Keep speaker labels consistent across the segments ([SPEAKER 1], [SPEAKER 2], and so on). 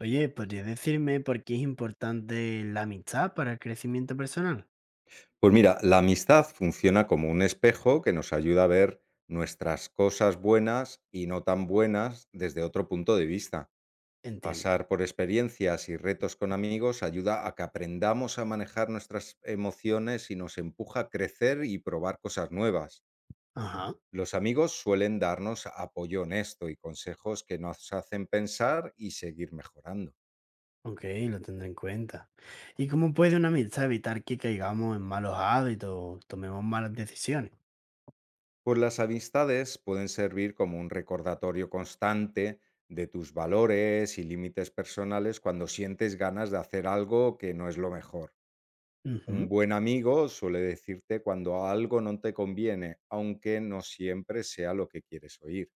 [SPEAKER 1] Oye, ¿podrías decirme por qué es importante la amistad para el crecimiento personal?
[SPEAKER 2] Pues mira, la amistad funciona como un espejo que nos ayuda a ver nuestras cosas buenas y no tan buenas desde otro punto de vista.
[SPEAKER 1] Entiendo.
[SPEAKER 2] Pasar por experiencias y retos con amigos ayuda a que aprendamos a manejar nuestras emociones y nos empuja a crecer y probar cosas nuevas.
[SPEAKER 1] Ajá,
[SPEAKER 2] Los amigos suelen darnos apoyo honesto y consejos que nos hacen pensar y seguir mejorando.
[SPEAKER 1] ok, lo tendré en cuenta. ¿Y cómo puede una amistad evitar que caigamos en malos hábitos o tomemos malas decisiones?
[SPEAKER 2] Pues las amistades pueden servir como un recordatorio constante de tus valores y límites personales cuando sientes ganas de hacer algo que no es lo mejor. Un
[SPEAKER 1] Ujú,
[SPEAKER 2] buen amigo suele decirte cuando algo no te conviene, aunque no siempre sea lo que quieres oír.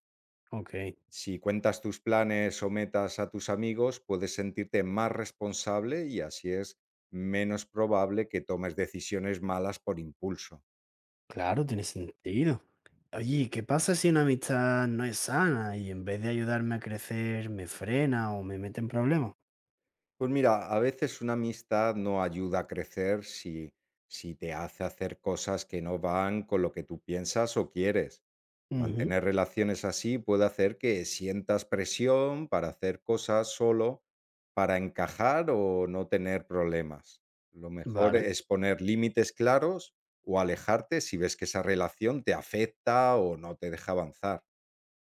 [SPEAKER 1] ok,
[SPEAKER 2] Si cuentas tus planes o metas a tus amigos, puedes sentirte más responsable y así es menos probable que tomes decisiones malas por impulso.
[SPEAKER 1] claro, tiene sentido. Oye, ¿qué pasa si una amistad no es sana y en vez de ayudarme a crecer me frena o me mete en problemas?
[SPEAKER 2] Pues mira, a veces una amistad no ayuda a crecer si te hace hacer cosas que no van con lo que tú piensas o quieres.
[SPEAKER 1] Ujú,
[SPEAKER 2] Mantener relaciones así puede hacer que sientas presión para hacer cosas solo para encajar o no tener problemas. Lo mejor
[SPEAKER 1] vale.
[SPEAKER 2] es poner límites claros o alejarte si ves que esa relación te afecta o no te deja avanzar.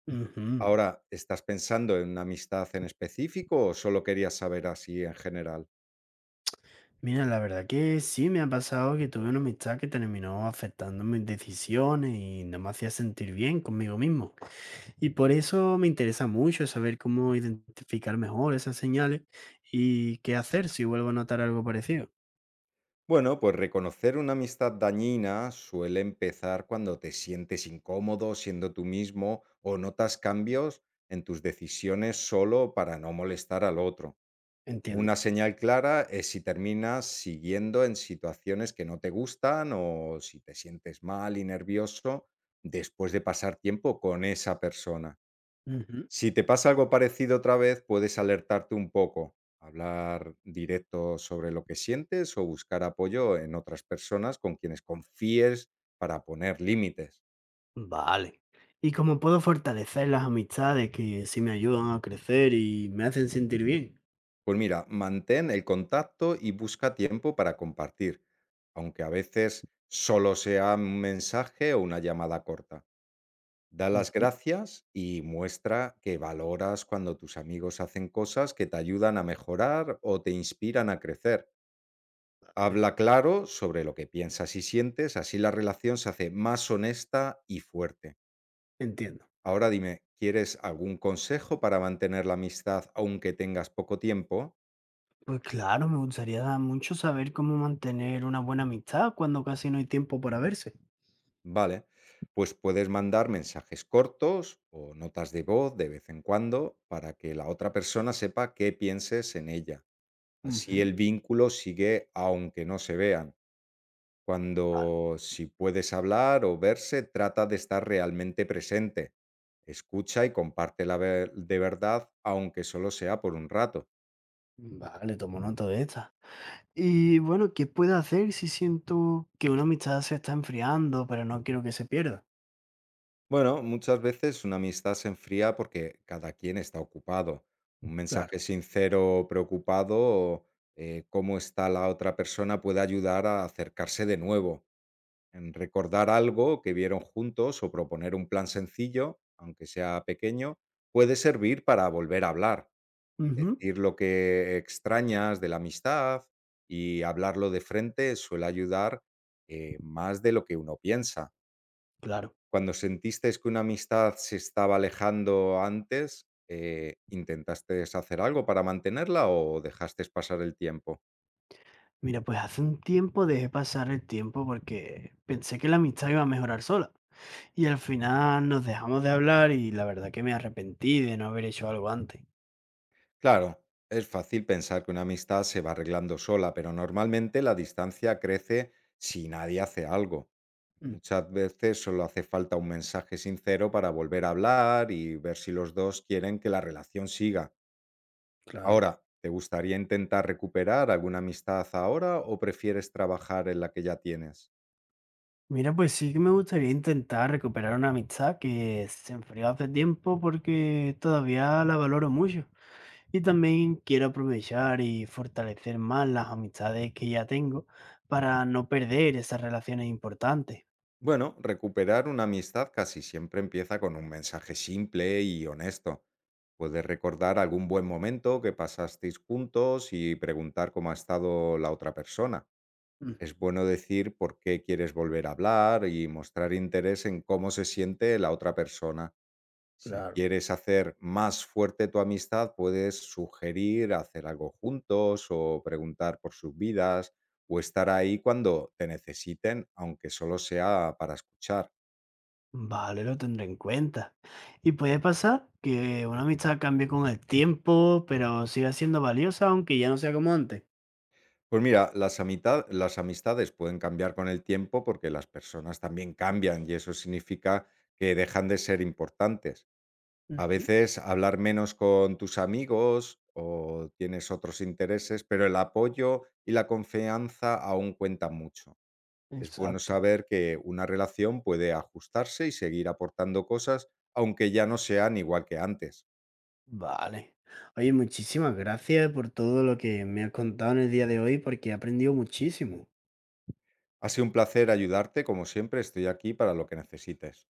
[SPEAKER 1] Ujú.
[SPEAKER 2] Ahora, ¿estás pensando en una amistad en específico o solo querías saber así en general?
[SPEAKER 1] Mira, la verdad que sí me ha pasado que tuve una amistad que terminó afectando mis decisiones y no me hacía sentir bien conmigo mismo. Y por eso me interesa mucho saber cómo identificar mejor esas señales y qué hacer si vuelvo a notar algo parecido.
[SPEAKER 2] Bueno, pues reconocer una amistad dañina suele empezar cuando te sientes incómodo siendo tú mismo o notas cambios en tus decisiones solo para no molestar al otro. Una
[SPEAKER 1] Entiendo.
[SPEAKER 2] señal clara es si terminas siguiendo en situaciones que no te gustan o si te sientes mal y nervioso después de pasar tiempo con esa persona.
[SPEAKER 1] Ujú,
[SPEAKER 2] Si te pasa algo parecido otra vez, puedes alertarte un poco, hablar directo sobre lo que sientes o buscar apoyo en otras personas con quienes confíes para poner límites.
[SPEAKER 1] vale. ¿Y cómo puedo fortalecer las amistades que sí me ayudan a crecer y me hacen sentir bien?
[SPEAKER 2] Pues mira, mantén el contacto y busca tiempo para compartir, aunque a veces solo sea un mensaje o una llamada corta. Da las
[SPEAKER 1] Ujú,
[SPEAKER 2] gracias y muestra que valoras cuando tus amigos hacen cosas que te ayudan a mejorar o te inspiran a crecer.
[SPEAKER 1] vale,
[SPEAKER 2] Habla claro sobre lo que piensas y sientes, así la relación se hace más honesta y fuerte.
[SPEAKER 1] entiendo.
[SPEAKER 2] Ahora dime, ¿quieres algún consejo para mantener la amistad aunque tengas poco tiempo?
[SPEAKER 1] Pues claro, me gustaría mucho saber cómo mantener una buena amistad cuando casi no hay tiempo para verse.
[SPEAKER 2] Vale, pues puedes mandar mensajes cortos o notas de voz de vez en cuando para que la otra persona sepa qué pienses en ella. Así
[SPEAKER 1] Ujú.
[SPEAKER 2] el vínculo sigue aunque no se vean.
[SPEAKER 1] Vale,
[SPEAKER 2] Cuando, si puedes hablar o verse, trata de estar realmente presente. Escucha y comparte de verdad, aunque solo sea por un rato.
[SPEAKER 1] vale, tomo nota de esta. Y bueno, ¿qué puedo hacer si siento que una amistad se está enfriando, pero no quiero que se pierda?
[SPEAKER 2] Bueno, muchas veces una amistad se enfría porque cada quien está ocupado. Un
[SPEAKER 1] Claro.
[SPEAKER 2] mensaje sincero, preocupado, o, cómo está la otra persona puede ayudar a acercarse de nuevo, en recordar algo que vieron juntos o proponer un plan sencillo, aunque sea pequeño, puede servir para volver a hablar.
[SPEAKER 1] Ujú,
[SPEAKER 2] Decir lo que extrañas de la amistad y hablarlo de frente suele ayudar, más de lo que uno piensa.
[SPEAKER 1] claro.
[SPEAKER 2] Cuando sentisteis que una amistad se estaba alejando antes, ¿intentasteis hacer algo para mantenerla o dejasteis pasar el tiempo?
[SPEAKER 1] Mira, pues hace un tiempo dejé pasar el tiempo porque pensé que la amistad iba a mejorar sola. Y al final nos dejamos de hablar y la verdad que me arrepentí de no haber hecho algo antes.
[SPEAKER 2] Claro, es fácil pensar que una amistad se va arreglando sola, pero normalmente la distancia crece si nadie hace algo.
[SPEAKER 1] Mm,
[SPEAKER 2] Muchas veces solo hace falta un mensaje sincero para volver a hablar y ver si los dos quieren que la relación siga.
[SPEAKER 1] claro.
[SPEAKER 2] Ahora, ¿te gustaría intentar recuperar alguna amistad ahora o prefieres trabajar en la que ya tienes?
[SPEAKER 1] Mira, pues sí que me gustaría intentar recuperar una amistad que se enfrió hace tiempo porque todavía la valoro mucho. Y también quiero aprovechar y fortalecer más las amistades que ya tengo para no perder esas relaciones importantes.
[SPEAKER 2] Bueno, recuperar una amistad casi siempre empieza con un mensaje simple y honesto. Puedes recordar algún buen momento que pasasteis juntos y preguntar cómo ha estado la otra persona.
[SPEAKER 1] Ujú.
[SPEAKER 2] Es bueno decir por qué quieres volver a hablar y mostrar interés en cómo se siente la otra persona. Si
[SPEAKER 1] Claro.
[SPEAKER 2] quieres hacer más fuerte tu amistad, puedes sugerir hacer algo juntos o preguntar por sus vidas o estar ahí cuando te necesiten, aunque solo sea para escuchar.
[SPEAKER 1] Vale, lo tendré en cuenta. Y puede pasar que una amistad cambie con el tiempo, pero siga siendo valiosa aunque ya no sea como antes.
[SPEAKER 2] Pues mira, las amistades pueden cambiar con el tiempo porque las personas también cambian y eso significa que dejan de ser importantes. A
[SPEAKER 1] Ujú.
[SPEAKER 2] veces hablar menos con tus amigos o tienes otros intereses, pero el apoyo y la confianza aún cuentan mucho. Es bueno
[SPEAKER 1] Exacto.
[SPEAKER 2] saber que una relación puede ajustarse y seguir aportando cosas, aunque ya no sean igual que antes.
[SPEAKER 1] Vale. Oye, muchísimas gracias por todo lo que me has contado en el día de hoy porque he aprendido muchísimo.
[SPEAKER 2] Ha sido un placer ayudarte, como siempre, estoy aquí para lo que necesites.